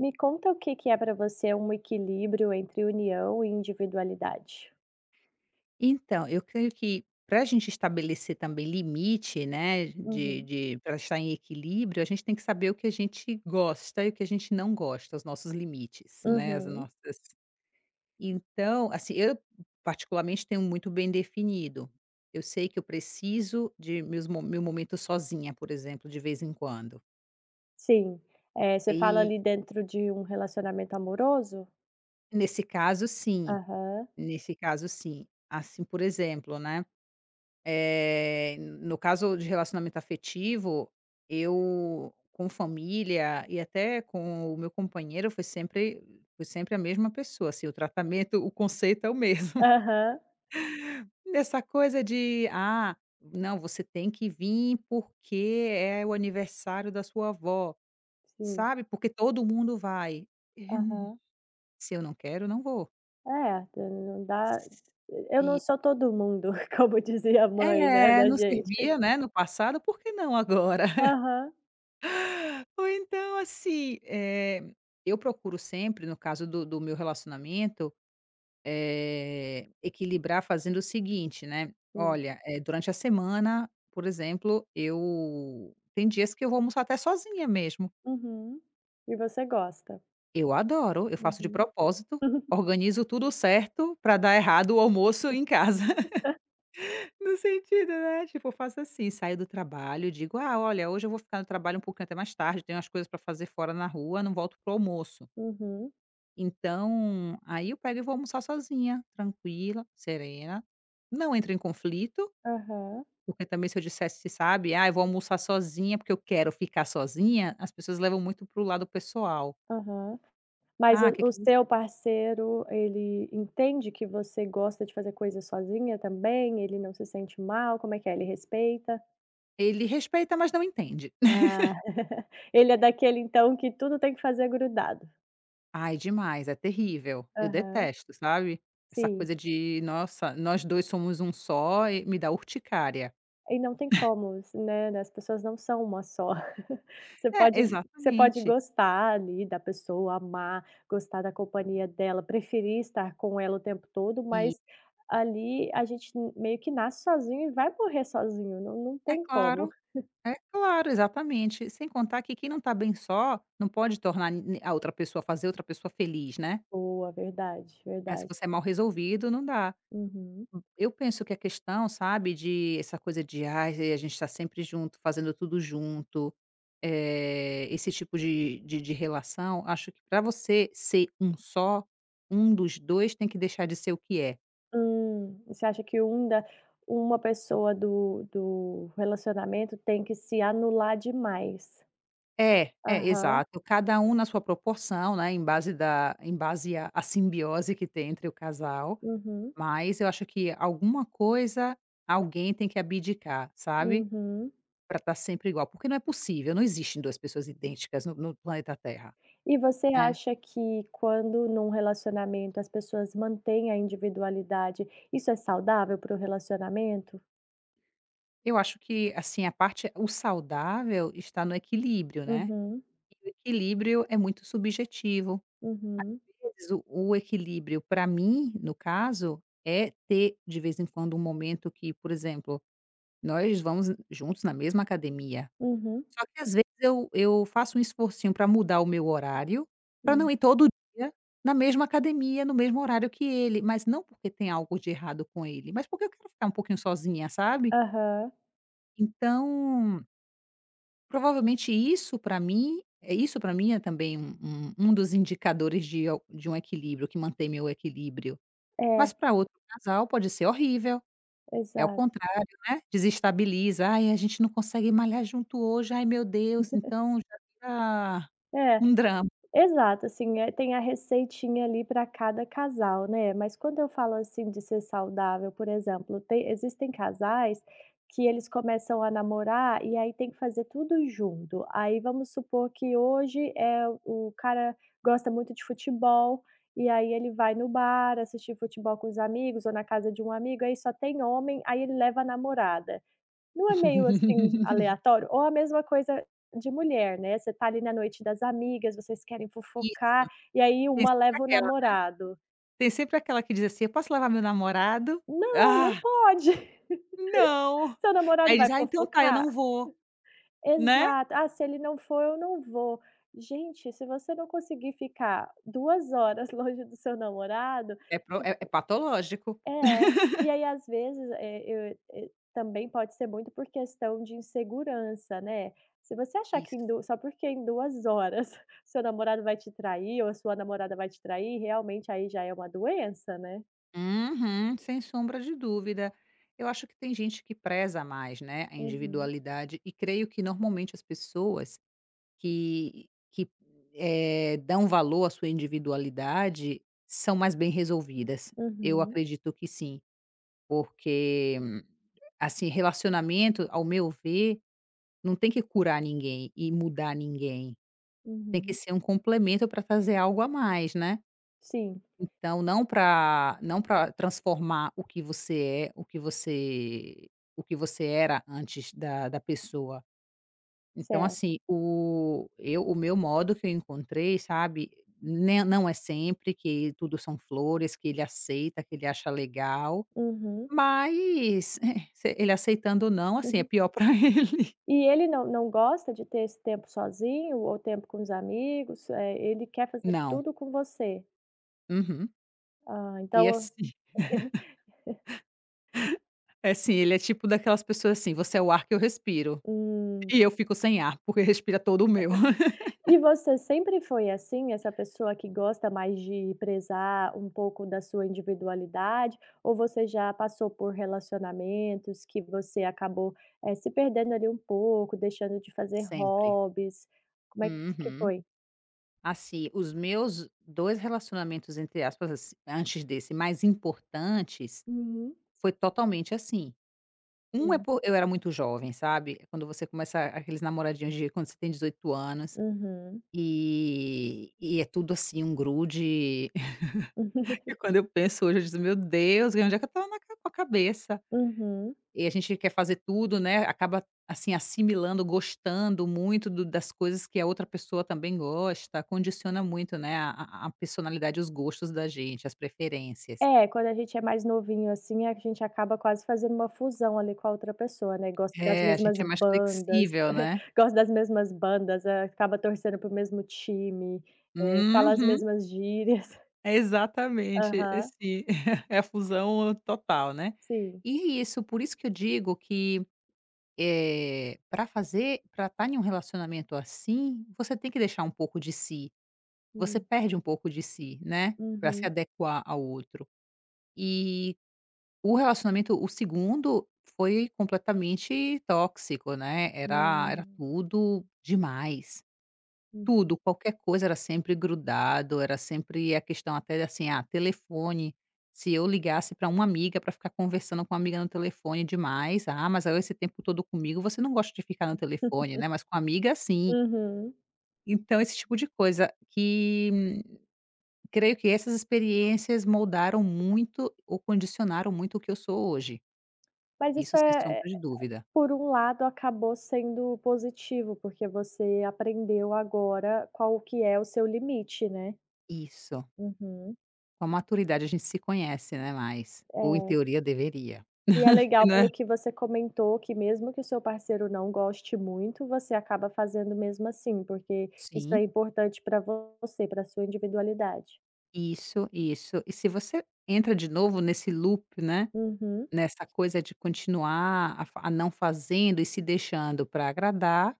Me conta o que que é para você um equilíbrio entre união e individualidade? Então, eu creio que para a gente estabelecer também limite, né, de Uhum. de pra estar em equilíbrio, a gente tem que saber o que a gente gosta e o que a gente não gosta, os nossos limites, né, as Uhum. nossas então, assim, eu particularmente tenho muito bem definido. Eu sei que eu preciso de meu momento sozinha, por exemplo, de vez em quando. Sim. Você fala E ali dentro de um relacionamento amoroso? nesse caso sim, Aham. nesse caso sim. Assim, por exemplo, né. No caso de relacionamento afetivo, eu com família e até com o meu companheiro foi sempre a mesma pessoa, assim, o tratamento, o conceito é o mesmo. Aham. Nessa coisa de: "Ah, não, você tem que vir porque é o aniversário da sua avó, Sim. sabe, porque todo mundo vai". Eh, Aham. Se eu não quero, não vou. É, d não dá, eu não sou todo mundo, como dizia a mãe, né, É, da não gente. servia, né, no passado, por que não agora? Aham. Ou então, assim, eu procuro sempre, no caso do meu relacionamento, equilibrar fazendo o seguinte, né: Hum. olha, durante a semana, por exemplo, eu tem dias que eu vou almoçar até sozinha mesmo. Uhum. E você gosta. Eu adoro, eu faço de Uhum. propósito, organizo tudo certo para dar errado o almoço em casa. No sentido, né, tipo, eu faço assim, saio do trabalho, digo: "Ah, olha, hoje eu vou ficar no trabalho um pouquinho até mais tarde, tenho umas coisas para fazer fora na rua, não volto pro almoço". Uhum. Então, aí eu pego e vou almoçar sozinha, tranquila, serena. Não entro em conflito, Aham. porque também se eu dissesse, sabe: "Ah, eu vou almoçar sozinha porque eu quero ficar sozinha", as pessoas levam muito para o lado pessoal. Aham. Mas "Ah, o que você" seu parceiro, ele entende que você gosta de fazer coisas sozinha também? Ele não se sente mal? Como é que é? Ele respeita? Ele respeita, mas não entende. Ah, ele é daquele então que tudo tem que fazer grudado. Ai, demais, é terrível. Eu Aham, detesto, sabe. Essa sim. coisa de: "Nossa, nós 2 somos um só", e me dá urticária. E não tem como, né, as pessoas não são uma só. Você pode É, você pode exatamente. gostar ali da pessoa, amar, gostar da companhia dela, preferir estar com ela o tempo todo, E mas ali a gente meio que nasce sozinho e vai morrer sozinho, não é tem como. claro. É claro, exatamente. Sem contar que quem não está bem só, não pode tornar ni a outra pessoa fazer outra pessoa feliz, né. Boa, verdade, Mas se verdade. você é mal resolvido, não dá. Uhum. Eu penso que a questão, sabe, de essa coisa de: "Ai, a gente está sempre junto, fazendo tudo junto", esse tipo de relação, acho que para você ser um só, um dos 2, tem que deixar de ser o que é. Você acha que um da uma pessoa do relacionamento tem que se anular demais? É, é, Aham. exato. Cada um na sua proporção, né, em base da em base à simbiose que tem entre o casal. Uhum. Mas eu acho que alguma coisa, alguém tem que abdicar, sabe, Uhum. para estar sempre igual, porque não é possível, não existem 2 pessoas idênticas no planeta Terra, E você né. acha que quando num relacionamento as pessoas mantêm a individualidade, isso é saudável para o relacionamento? Eu acho que, assim, a parte o saudável está no equilíbrio, né, Uhum, e o equilíbrio é muito subjetivo. uhum, Às vezes o equilíbrio para mim, no caso, é ter de vez em quando um momento que, por exemplo, nós vamos juntos na mesma academia. uhum, Só que às vezes eu faço um esforcinho para mudar o meu horário, para não hum. ir todo dia na mesma academia, no mesmo horário que ele, mas não porque tem algo de errado com ele, mas porque eu quero ficar um pouquinho sozinha, sabe. Aham. Então, provavelmente isso para mim é também um um dos indicadores de um equilíbrio, que mantém meu equilíbrio. Mas É, para outro casal pode ser horrível, é o exato. contrário, né, desestabiliza: "Ai, a gente não consegue malhar junto hoje, ai meu Deus", então já fica. É. Um drama. Exato, assim, tem a receitinha ali para cada casal, né, mas quando eu falo, assim, de ser saudável, por exemplo, tem existem casais que eles começam a namorar e aí tem que fazer tudo junto. Aí vamos supor que hoje, o cara gosta muito de futebol, e aí ele vai no bar assistir futebol com os amigos ou na casa de um amigo, aí só tem homem, aí ele leva a namorada. Não é meio, assim, aleatório? Ou a mesma coisa de mulher, né, você tá ali na noite das amigas, vocês querem fofocar, Isso, e aí tem uma sempre leva o aquela namorado. tem sempre aquela que diz assim: "Eu posso levar meu namorado?" Não, não "Ah, pode. não." Seu namorado Aí vai diz: "Ah, então tá, eu fofocar? não vou", né. Exato. "Ah, se ele não for, eu não vou". Gente, se você não conseguir ficar 2 horas longe do seu namorado, É pro é é tipo. patológico. É, e aí às vezes, também pode ser muito por questão de insegurança, né. Se você achar que em Isso. du só porque em 2 horas seu namorado vai te trair ou a sua namorada vai te trair, realmente aí já é uma doença, né. Uhum, sem sombra de dúvida. Eu acho que tem gente que preza mais, né, a Uhum, individualidade e creio que normalmente as pessoas que que dão valor à sua individualidade são mais bem resolvidas. Eu uhum, acredito que sim. Porque, assim, relacionamento, ao meu ver, não tem que curar ninguém e mudar ninguém. Tem que uhum. ser um complemento para trazer algo a mais, né. Sim, Então não para transformar o que você é, o que você era antes da pessoa. Então, certo. assim, o meu modo que eu encontrei, sabe, ne não é sempre que tudo são flores, que ele aceita, que ele acha legal. Uhum, Mas, se ele aceitando o não, assim, é uhum. pior pra ele. E ele não gosta de ter esse tempo sozinho ou tempo com os amigos? Ele quer fazer Não. tudo com você? Uhum. Ah, E então. assim é assim, ele é tipo daquelas pessoas assim: "Você é o ar que eu respiro, Hum. e eu fico sem ar, porque respira todo o meu". E você sempre foi assim, essa pessoa que gosta mais de prezar um pouco da sua individualidade, ou você já passou por relacionamentos que você acabou, se perdendo ali um pouco, deixando de fazer Sempre. hobbies? Como é que Uhum. foi? Assim, os meus 2 relacionamentos, entre aspas, assim, antes desse, mais importantes, Uhum. foi totalmente assim. Um é Hum. por eu era muito jovem, sabe. É quando você começa aqueles namoradinhos de quando você tem 18 anos, Uhum. e é tudo assim, um grude. E quando eu penso hoje, eu disse: "Meu Deus, onde é que eu estava na ca com a cabeça?". Uhum. E a gente quer fazer tudo, né, acaba, assim, assimilando, gostando muito do das coisas que a outra pessoa também gosta, condiciona muito, né, a personalidade, os gostos da gente, as preferências. É, quando a gente é mais novinho, assim, a gente acaba quase fazendo uma fusão ali com a outra pessoa, né, gosta das É, a mesmas gente é mais bandas, flexível, né. gosta das mesmas bandas, acaba torcendo para mesmo time, fala as Uhum. mesmas gírias. Exatamente, Aham, esse é a fusão total, né. sim. E isso, por isso que eu digo que Eh, pra fazer para estar em um relacionamento assim, você tem que deixar um pouco de si. Você Hum, perde um pouco de si, né, para se uhum, adequar ao outro. E o segundo foi completamente tóxico, né, era hum, tudo demais. hum. Tudo, qualquer coisa era sempre grudado, era sempre a questão até assim, ah, telefone, se eu ligasse para uma amiga para ficar conversando com uma amiga no telefone demais, "Ah, mas aí esse tempo todo comigo, você não gosta de ficar no telefone, né, mas com amiga sim". Uhum. Então esse tipo de coisa que creio que essas experiências moldaram muito ou condicionaram muito o que eu sou hoje, Mas isso isso sem é, sombra de dúvida. por um lado, acabou sendo positivo, porque você aprendeu agora qual que é o seu limite, né. Isso. Uhum, Com a maturidade a gente se conhece, né, mais, ou em é. teoria deveria. E é Que, legal né? pelo que você comentou, que mesmo que o seu parceiro não goste muito, você acaba fazendo mesmo assim, porque isso é Sim. importante para você, para sua individualidade. Isso, isso. E se você entra de novo nesse loop, né, Uhum, nessa coisa de continuar a não fazendo e se deixando para agradar,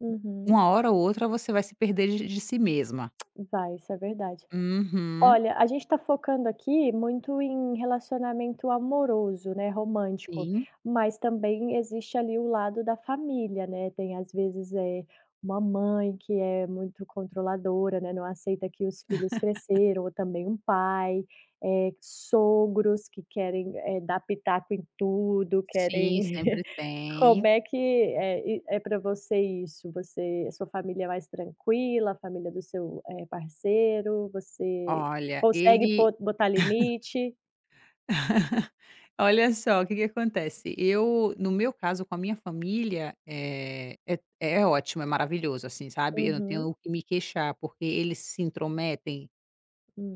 uhum. uma hora ou outra você vai se perder de si mesma. Vai, isso é verdade. Uhum. Olha, a gente está focando aqui muito em relacionamento amoroso, né, romântico, Sim, mas também existe ali o lado da família, né. Tem às vezes, uma mãe que é muito controladora, né, não aceita que os filhos cresceram, ou também um pai, sogros que querem, dar pitaco em tudo, sim, querem. sempre Como tem. é que é e é pra você isso? Você a sua família é mais tranquila, a família do seu, parceiro, você Olha, consegue ele po botar limite. olha só, o que que acontece, eu no meu caso com a minha família, é ótimo, é maravilhoso, assim, sabe, eu não Uhum, tenho o que me queixar, porque eles se intrometem.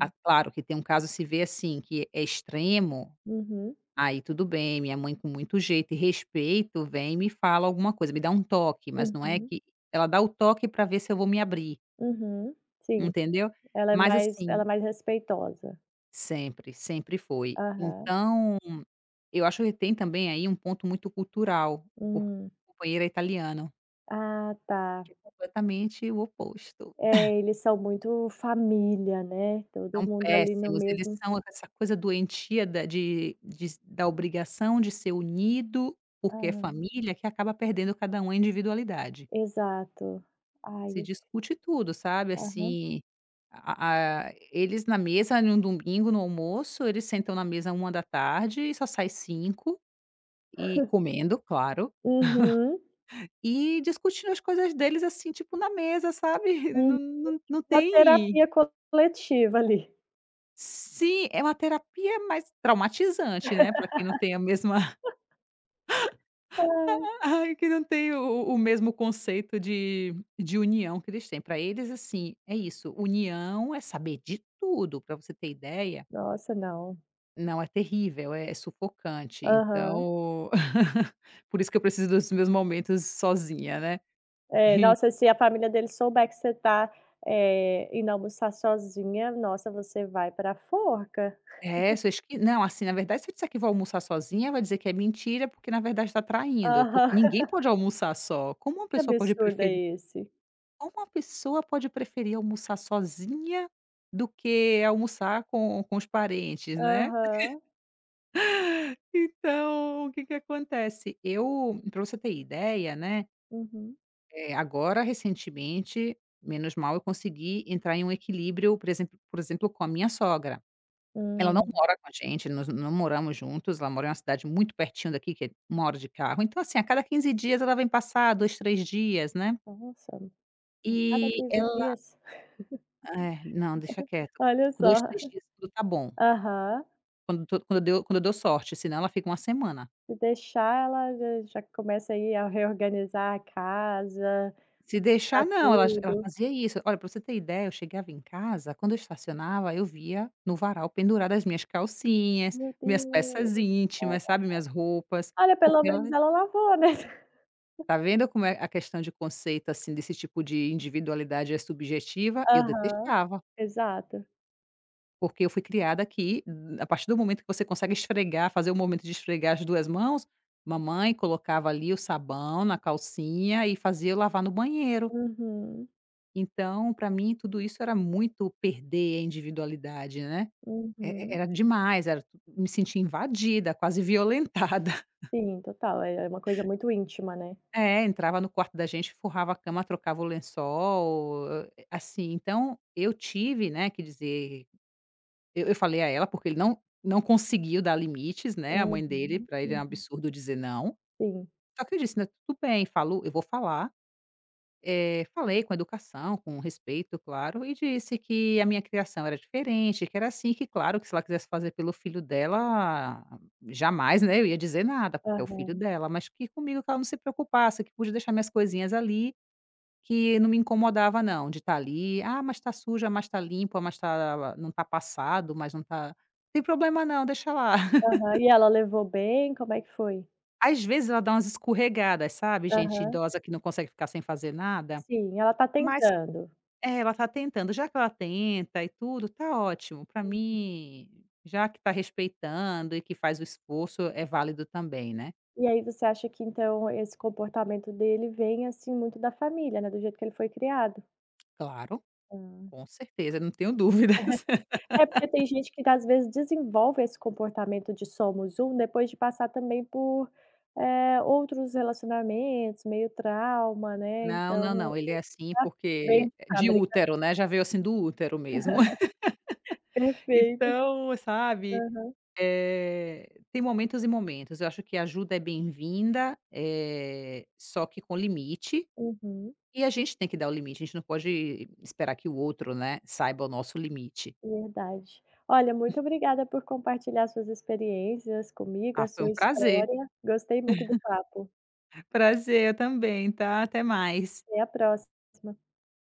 Ah, claro que tem um caso se vê, assim, que é extremo, uhum, aí tudo bem, minha mãe com muito jeito e respeito vem e me fala alguma coisa, me dá um toque, mas não é uhum, que ela dá o toque para ver se eu vou me abrir, uhum. Sim. entendeu. Ela é Mas mais assim ela é mais respeitosa. sempre, sempre foi. Aham, Então, eu acho que tem também aí um ponto muito cultural, porque hum. o companheiro é italiano, Ah, tá. que é completamente o oposto. É, eles são muito família, né, todo São mundo ali no péssimos, eles mesmo. são essa coisa doentia da obrigação de ser unido, porque é Hã, família, que acaba perdendo cada um a individualidade. exato. Se Ai, discute tudo, sabe, aham. assim, a eles na mesa em um domingo no almoço, eles sentam na mesa uma da tarde e só sai cinco e comendo, claro, Uhum, e discutindo as coisas deles, assim, tipo, na mesa, sabe, uhum. não Uma tem terapia coletiva ali. sim, é uma terapia, mais traumatizante, né, para quem não tem a mesma. Ai, Ai, que não tem o mesmo conceito de união que eles têm. Para eles, assim, é isso, união é saber de tudo. Para você ter ideia, nossa, não. não, é terrível, é é sufocante. Aham. Então, por isso que eu preciso dos meus momentos sozinha, né. É, En nossa, se a família dele souber que você tá, indo almoçar sozinha, nossa, você vai pra forca. é, você acha não, assim, na verdade, se eu disser que vou almoçar sozinha, vai dizer que é mentira, porque na verdade está traindo, Aham. porque ninguém pode almoçar só. Que absurdo é esse? Como uma pessoa pode preferir almoçar sozinha do que almoçar com os parentes, né. Aham. Então, o que que acontece? Eu para você ter ideia, né, Uhum. Agora recentemente, menos mal, eu consegui entrar em um equilíbrio, por exemplo, com a minha sogra. Ela não Hum, mora com a gente, nós não moramos juntos, ela mora em uma cidade muito pertinho daqui, que é 1 hora de carro. Então, assim, a cada 15 dias ela vem passar, 2, 3 dias, né. nossa, a cada E 15 dias? é, não, deixa quieto. Olha Com 2, só. 3 dias tudo tá bom. Aham. Quando to quando eu deu quando eu dou sorte, senão ela fica uma semana. Se deixar, ela já já começa aí a reorganizar a casa, Se a deixar não, ela tudo. fazia isso. Olha, pra você ter ideia, eu chegava em casa, quando eu estacionava, eu via no varal penduradas as minhas calcinhas, Meu minhas Deus, peças íntimas, cara. sabe, minhas roupas, Olha, pelo porque ela menos ela lavou, né. tá vendo como é a questão de conceito, assim, desse tipo de individualidade é subjetiva? Eu Aham. detestava. Exato. Porque eu fui criada aqui a partir do momento que você consegue esfregar, fazer o momento de esfregar as 2 mãos, mamãe colocava ali o sabão na calcinha e fazia eu lavar no banheiro. Uhum, Então, para mim, tudo isso era muito perder a individualidade, né. Uhum. Era demais, era me sentia invadida, quase violentada. Sim, total, é uma coisa muito íntima, né. É, entrava no quarto da gente, forrava a cama, trocava o lençol, assim. Então eu tive, né, que dizer. Eu falei a ela, porque ele não conseguiu dar limites, né, a Uhum, mãe dele, para ele é um uhum. absurdo dizer "não". Sim. Só que eu disse, né: "Tudo bem, falo eu vou falar". Falei com educação, com respeito, claro, e disse que a minha criação era diferente, que era assim, que claro, que se ela quisesse fazer pelo filho dela, jamais, né, eu ia dizer nada, porque é o filho Aham, dela, mas que comigo que ela não se preocupasse, que podia deixar minhas coisinhas ali que não me incomodava não, de estar ali, "Ah, mas está suja, mas está limpa, mas está não está passado, mas não está". "Tem problema não, deixa lá". aham. E ela levou bem? Como é que foi? Às vezes ela dá umas escorregadas, sabe, gente Aham. idosa que não consegue ficar sem fazer nada, Sim, ela tá mas tentando. é, ela está tentando, já que ela tenta e tudo, tá ótimo, para mim, já que está respeitando e que faz o esforço, é válido também, né. E aí você acha que então esse comportamento dele vem, assim, muito da família, né, do jeito que ele foi criado. Claro, Hã. com certeza, não tenho dúvidas. É porque tem gente que às vezes desenvolve esse comportamento de "somos um" depois de passar também por, outros relacionamentos, meio trauma, né, Não, não, então não, ele é assim veio porque de é de fábrica. útero, né, já veio assim do útero mesmo. Perfeito. Então, sabe, Aham. Tem momentos e momentos. Eu acho que a ajuda é bem-vinda, só que com limite, Uhum, e a gente tem que dar o limite, a gente não pode esperar que o outro, né, saiba o nosso limite. verdade. Olha, muito obrigada por compartilhar suas experiências comigo, a Ah, foi sua um prazer. história. Gostei muito do papo. Prazer, eu também, tá? Até mais. Até a próxima.